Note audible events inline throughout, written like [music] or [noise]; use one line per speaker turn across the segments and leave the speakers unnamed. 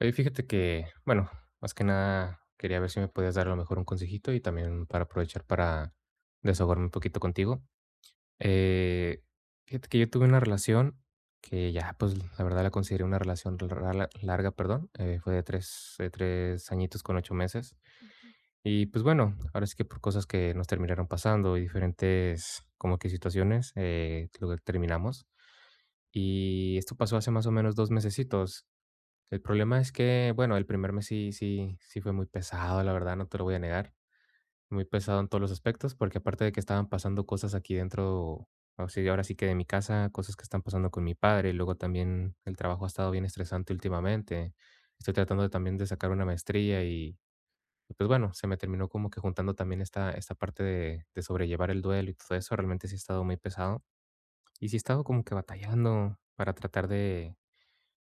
Oye, fíjate que, bueno, más que nada quería ver si me podías dar a lo mejor un consejito y también para aprovechar para desahogarme un poquito contigo. Eh, Fíjate que yo tuve una relación que ya, pues la verdad la consideré una relación larga, perdón. Fue de tres añitos con 8 meses. Y pues bueno, ahora sí que por cosas que nos terminaron pasando y diferentes como que situaciones, lo que terminamos. Y esto pasó hace más o menos 2 mesecitos. El problema es que, bueno, el primer mes sí, sí, sí fue muy pesado, la verdad, no te lo voy a negar. Muy pesado en todos los aspectos, porque aparte de que estaban pasando cosas aquí dentro, o sea, ahora sí que de mi casa, cosas que están pasando con mi padre, y luego también el trabajo ha estado bien estresante últimamente. Estoy tratando de también de sacar una maestría y pues, bueno, se me terminó como que juntando también esta parte de sobrellevar el duelo y todo eso. Realmente sí ha estado muy pesado, y sí he estado como que batallando para tratar de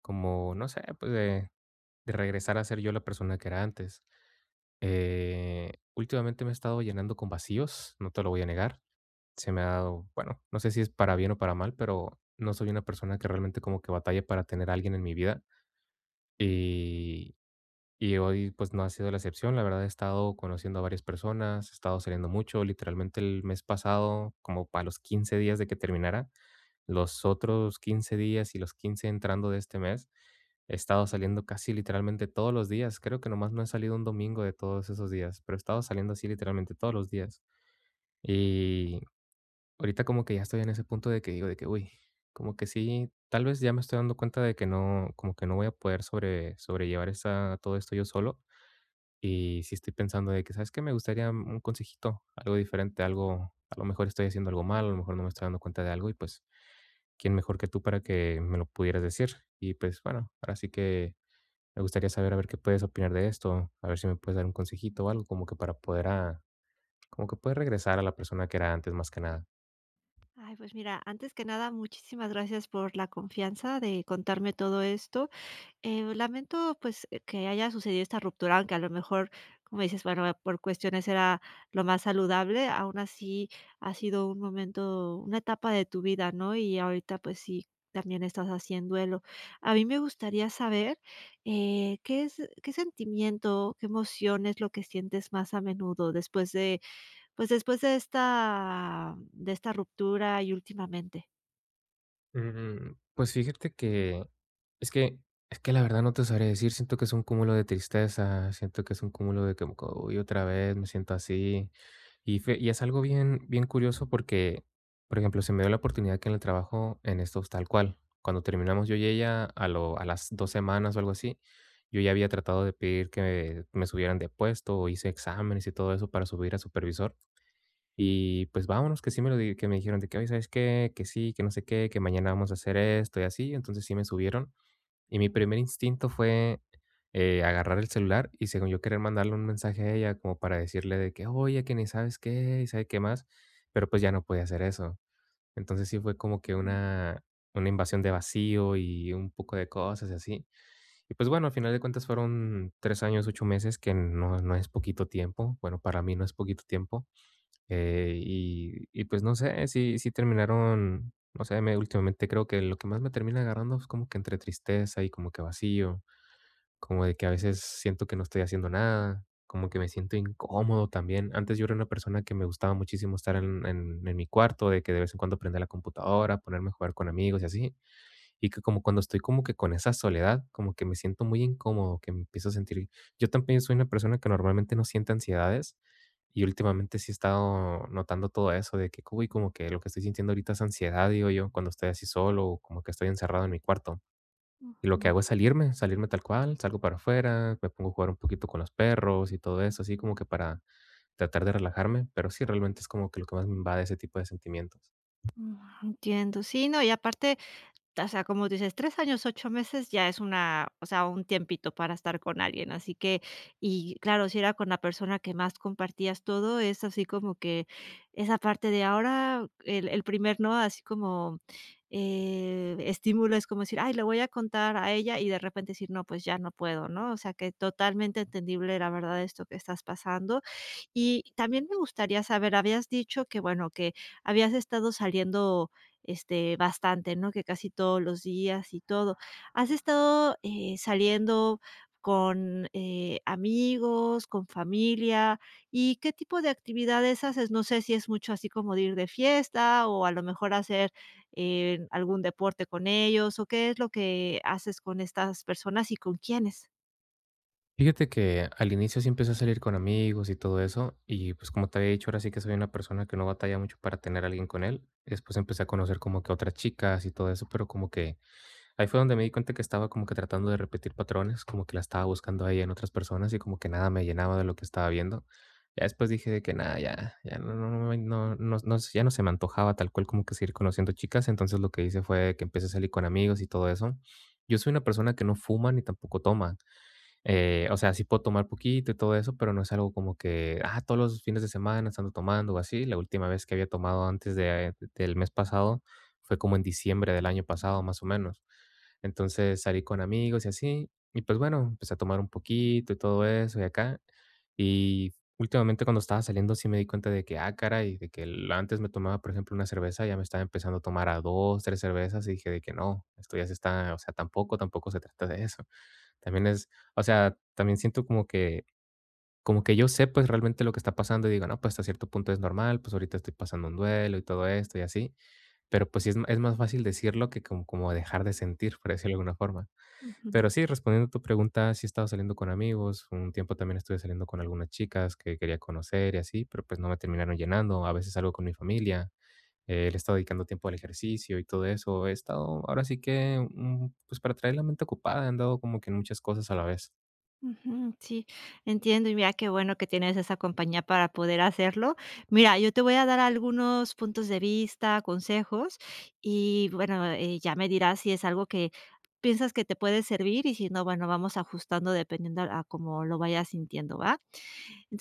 como, no sé, pues, de regresar a ser yo la persona que era antes. Últimamente me he estado llenando con vacíos, no te lo voy a negar. Se me ha dado, bueno, no sé si es para bien o para mal, pero no soy una persona que realmente como que batalla para tener a alguien en mi vida. Y, y hoy pues no ha sido la excepción. La verdad he estado conociendo a varias personas, he estado saliendo mucho. Literalmente el mes pasado, como para los 15 días de que terminara, los otros 15 días y los 15 entrando de este mes, he estado saliendo casi literalmente todos los días. Creo que nomás no he salido un domingo de todos esos días, pero he estado saliendo así literalmente todos los días. Y ahorita como que ya estoy en ese punto de que digo de que, uy, como que sí, tal vez ya me estoy dando cuenta de que no, como que no voy a poder sobrellevar esa, todo esto yo solo. Y sí estoy pensando de que, ¿sabes qué? Me gustaría un consejito, algo diferente, algo, a lo mejor estoy haciendo algo mal, a lo mejor no me estoy dando cuenta de algo y pues quién mejor que tú para que me lo pudieras decir. Y pues bueno, ahora sí que me gustaría saber a ver qué puedes opinar de esto, a ver si me puedes dar un consejito o algo como que para poder como que poder regresar a la persona que era antes más que nada.
Ay, pues mira, antes que nada, muchísimas gracias por la confianza de contarme todo esto. Lamento, pues, que haya sucedido esta ruptura, aunque a lo mejor, como dices, bueno, por cuestiones era lo más saludable. Aún así ha sido un momento, una etapa de tu vida, ¿no? Y ahorita, pues sí, también estás haciendo duelo. A mí me gustaría saber qué es, qué sentimiento, qué emoción es lo que sientes más a menudo después de pues, después de esta ruptura y últimamente.
Pues fíjate que es que es que la verdad no te sabré decir, siento que es un cúmulo de tristeza, siento que es un cúmulo de que, como que, uy, otra vez me siento así. Y es algo bien, bien curioso porque, por ejemplo, se me dio la oportunidad que en el trabajo, en estos tal cual, cuando terminamos yo y ella, a las 2 semanas o algo así, yo ya había tratado de pedir que me subieran de puesto o hice exámenes y todo eso para subir a supervisor. Y pues vámonos, que sí que me dijeron de que hoy, ¿sabes qué? Que sí, que no sé qué, que mañana vamos a hacer esto y así. Entonces sí me subieron. Y mi primer instinto fue, agarrar el celular y según yo querer mandarle un mensaje a ella como para decirle de que, oye, que ni sabes qué y sabe qué más, pero pues ya no podía hacer eso. Entonces sí fue como que
Ujú,
una invasión de vacío y un poco de cosas y así. Y pues bueno, al final de cuentas fueron 3 años, 8 meses, que no, no es poquito tiempo. Bueno, para mí no es poquito tiempo. Y pues no sé, sí, sí terminaron, no sé, me últimamente creo que lo que más me termina agarrando es como que entre tristeza y como que vacío, como de que a veces siento que no estoy haciendo nada, como que me siento incómodo también. Antes yo era una persona que me gustaba muchísimo estar en mi cuarto, de que de vez en cuando prender la computadora, ponerme a jugar con amigos y así. Y que como cuando estoy como que con esa soledad, como que me siento muy incómodo, que me empiezo a sentir, yo también soy una persona que normalmente no siente ansiedades, y últimamente sí he estado notando todo eso de que, uy, como que lo que estoy sintiendo ahorita es ansiedad, digo yo, cuando estoy así solo o como que estoy encerrado en mi cuarto. Y lo que
ujú,
hago es salirme, tal cual, salgo para afuera, me pongo a jugar un poquito con los perros y todo eso, así como que para tratar de relajarme, pero sí realmente es como que lo que más me invade ese tipo de sentimientos.
ujú, entiendo. Sí, no, y aparte, o sea, como dices, 3 años, 8 meses ya es una, o sea, un tiempito para estar con alguien, así que y claro, si era con la persona que más compartías todo, es así como que esa parte de ahora, el primer no, así como, estímulo, es como decir: "Ay, le voy a contar a ella", y de repente decir: "No, pues ya no puedo", ¿no? O sea, que totalmente entendible, la verdad, esto que estás pasando. Y también me gustaría saber, habías dicho que, bueno, que habías estado saliendo, este, bastante, ¿no? Que casi todos los días y todo. ¿Has estado, saliendo con, amigos, con familia? ¿Y qué tipo de actividades haces? No sé si es mucho así como de ir de fiesta o a lo mejor hacer, algún deporte con ellos, o ¿qué es lo que haces con estas personas y con quiénes?
Fíjate que al inicio sí empecé a salir con amigos y todo eso, y pues como te había dicho, ahora sí que soy una persona que no batalla mucho para tener a alguien con él. Después empecé a conocer como que otras chicas y todo eso, pero como que ahí fue donde me di cuenta que estaba como que tratando de repetir patrones, como que la estaba buscando ahí en otras personas y como que nada me llenaba de lo que estaba viendo. Ya después dije de que nada, ya no se me antojaba tal cual como que seguir conociendo chicas, entonces lo que hice fue que empecé a salir con amigos y todo eso. Yo soy una persona que no fuma ni tampoco toma. O sea, sí puedo tomar poquito y todo eso, pero no es algo como que, todos los fines de semana estando tomando o así. La última vez que había tomado del mes pasado fue como en diciembre del año pasado, más o menos. Entonces salí con amigos y así. Y pues bueno, empecé a tomar un poquito y todo eso y acá. Y últimamente cuando estaba saliendo sí me di cuenta de que, ah, caray, de que antes me tomaba, por ejemplo, una cerveza, ya me estaba empezando a tomar a 2, 3 cervezas y dije de que no, esto ya se está, o sea, tampoco, tampoco se trata de eso. También es, o sea, también siento como que yo sé, pues, realmente lo que está pasando y digo: "No, pues, hasta cierto punto es normal, pues, ahorita estoy pasando un duelo y todo esto y así". Pero, pues, sí es más fácil decirlo que como dejar de sentir, por decirlo de alguna forma.
Ujú.
Pero sí, respondiendo a tu pregunta, sí he estado saliendo con amigos, un tiempo también estuve saliendo con algunas chicas que quería conocer y así, pero, pues, no me terminaron llenando. A veces salgo con mi familia, le he estado dedicando tiempo al ejercicio y todo eso. He estado ahora sí que, pues, para traer la mente ocupada, he andado como que en muchas cosas a la vez.
Ujú, sí, entiendo, y mira qué bueno que tienes esa compañía para poder hacerlo. Mira, yo te voy a dar algunos puntos de vista, consejos, y bueno, ya me dirás si es algo que piensas que te puede servir, y si no, bueno, vamos ajustando dependiendo a cómo lo vayas sintiendo, ¿va?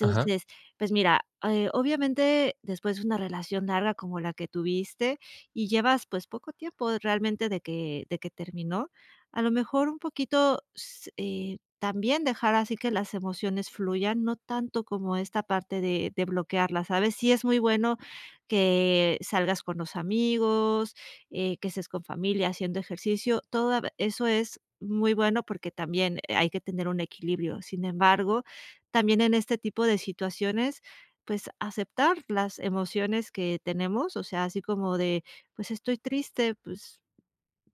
Ajá.
pues mira, obviamente, después de una relación larga como la que tuviste y llevas, pues, poco tiempo realmente de que terminó, a lo mejor un poquito s también dejar así que las emociones fluyan, no tanto como esta parte de bloquearlas, ¿sabes? Sí es muy bueno que salgas con los amigos, que estés con familia haciendo ejercicio. Todo eso es muy bueno porque también hay que tener un equilibrio. Sin embargo, también en este tipo de situaciones, pues, aceptar las emociones que tenemos, o sea, así como de, pues, estoy triste, pues,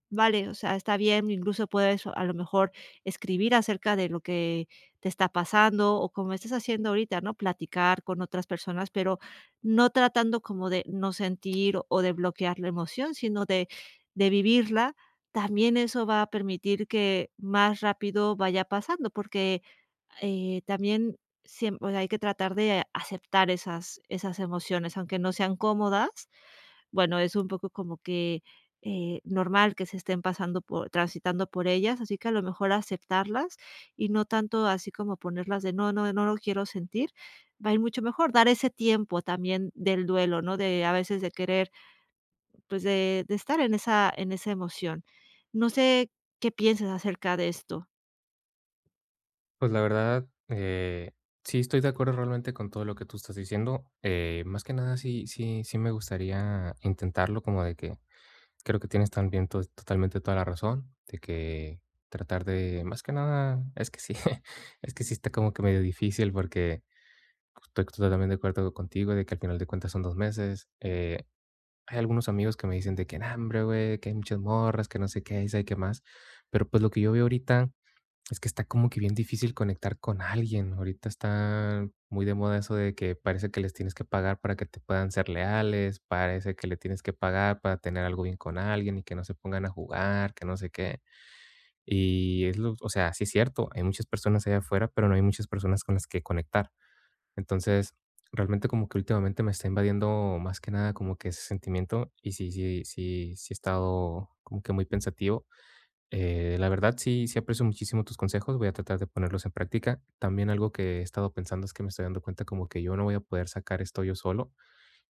vale, o sea, está bien. Incluso puedes a lo mejor escribir acerca de lo que te está pasando o como estás haciendo ahorita, ¿no? Platicar con otras personas, pero no tratando como de no sentir o de bloquear la emoción, sino de vivirla. También eso va a permitir que más rápido vaya pasando, porque también siempre hay que tratar de aceptar esas, esas emociones, aunque no sean cómodas. Bueno, es un poco como que, normal que se estén pasando por transitando por ellas, así que a lo mejor aceptarlas y no tanto así como ponerlas de: "No, no, no lo quiero sentir", va a ir mucho mejor. Dar ese tiempo también del duelo, ¿no? De a veces de querer, pues, de estar en esa emoción. No sé, ¿qué piensas acerca de esto?
Pues la verdad, sí estoy de acuerdo realmente con todo lo que tú estás diciendo. Más que nada, sí, sí, sí me gustaría intentarlo, como de que creo que tienes también totalmente toda la razón, de que tratar de, más que nada, es que sí, [laughs] es que sí está como que medio difícil porque estoy totalmente de acuerdo contigo de que al final de cuentas son 2 meses. Hay algunos amigos que me dicen de que: "Nah, hombre, güey, que hay muchas morras, que no sé qué, y sabe qué más". Pero pues lo que yo veo ahorita es que está como que bien difícil conectar con alguien. Ahorita está muy de moda eso de que parece que les tienes que pagar para que te puedan ser leales, parece que le tienes que pagar para tener algo bien con alguien y que no se pongan a jugar, que no sé qué. Y o sea, sí es cierto, hay muchas personas allá afuera, pero no hay muchas personas con las que conectar. Entonces, realmente como que últimamente me está invadiendo más que nada como que ese sentimiento y sí, sí, sí, sí he estado como que muy pensativo, la verdad, sí, sí aprecio muchísimo tus consejos, voy a tratar de ponerlos en práctica. También algo que he estado pensando es que me estoy dando cuenta como que yo no voy a poder sacar esto yo solo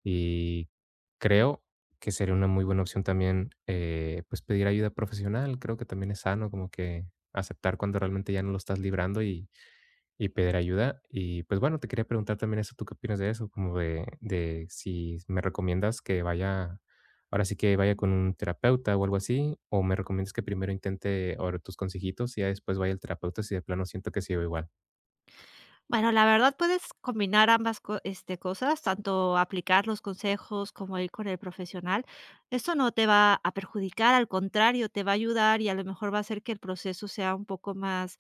y creo que sería una muy buena opción también, pues pedir ayuda profesional. Creo que también es sano como que aceptar cuando realmente ya no lo estás librando y pedir ayuda. Y pues bueno, te quería preguntar también eso, ¿tú qué opinas de eso? Como de si me recomiendas que vaya, ahora sí que vaya con un terapeuta o algo así, o me recomiendas que primero intente ahora tus consejitos y ya después vaya el terapeuta si de plano siento que sigo igual.
Bueno, la verdad puedes combinar ambas co este, cosas, tanto aplicar los consejos como ir con el profesional. Esto no te va a perjudicar, al contrario, te va a ayudar y a lo mejor va a hacer que el proceso sea un poco más,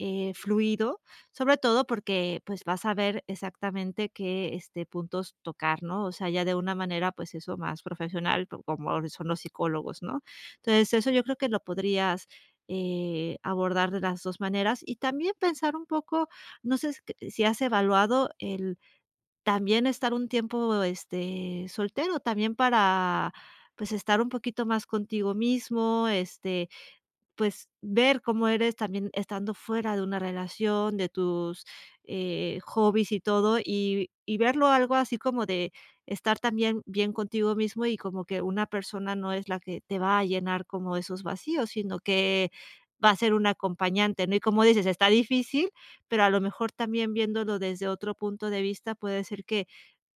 fluido, sobre todo porque, pues, vas a ver exactamente qué, este, puntos tocar, ¿no? O sea, ya de una manera, pues, eso más profesional, co como son los psicólogos, ¿no? Entonces, eso yo creo que lo podrías, abordar de las 2 maneras, y también pensar un poco no sé s si has evaluado el también estar un tiempo, este, soltero, también para, pues, estar un poquito más contigo mismo, este, pues, ver cómo eres también estando fuera de una relación, de tus, hobbies y todo, y verlo algo así como de estar también bien contigo mismo, y como que una persona no es la que te va a llenar como esos vacíos, sino que va a ser un acompañante, ¿no? Y como dices, está difícil, pero a lo mejor también viéndolo desde otro punto de vista puede ser que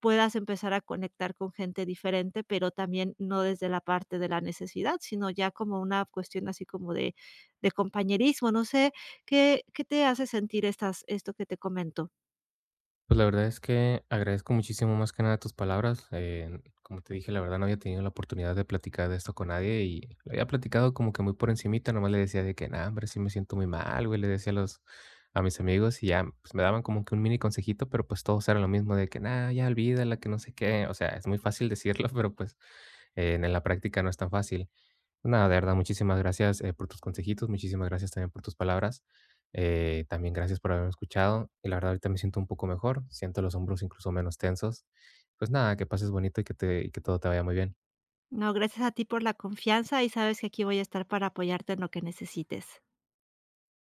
puedas empezar a conectar con gente diferente, pero también no desde la parte de la necesidad, sino ya como una cuestión así como de compañerismo. No sé, ¿qué te hace sentir estas esto que te comento?
Pues la verdad es que agradezco muchísimo más que nada tus palabras. Como te dije, la verdad no había tenido la oportunidad de platicar de esto con nadie y lo había platicado como que muy por encimita, nomás le decía de que, nada, hombre, sí me siento muy mal, güey, le decía a mis amigos y ya, pues me daban como que un mini consejito, pero pues todos eran lo mismo de que, nada, ya olvídala, que no sé qué. O sea, es muy fácil decirlo, [laughs] pero pues, en la práctica no es tan fácil. Nada, de verdad, muchísimas gracias, por tus consejitos, muchísimas gracias también por tus palabras. También gracias por haberme escuchado y la verdad ahorita me siento un poco mejor, siento los hombros incluso menos tensos. Pues nada, que pases bonito y que todo te vaya muy bien.
No, gracias a ti por la confianza, y sabes que aquí voy a estar para apoyarte en lo que necesites.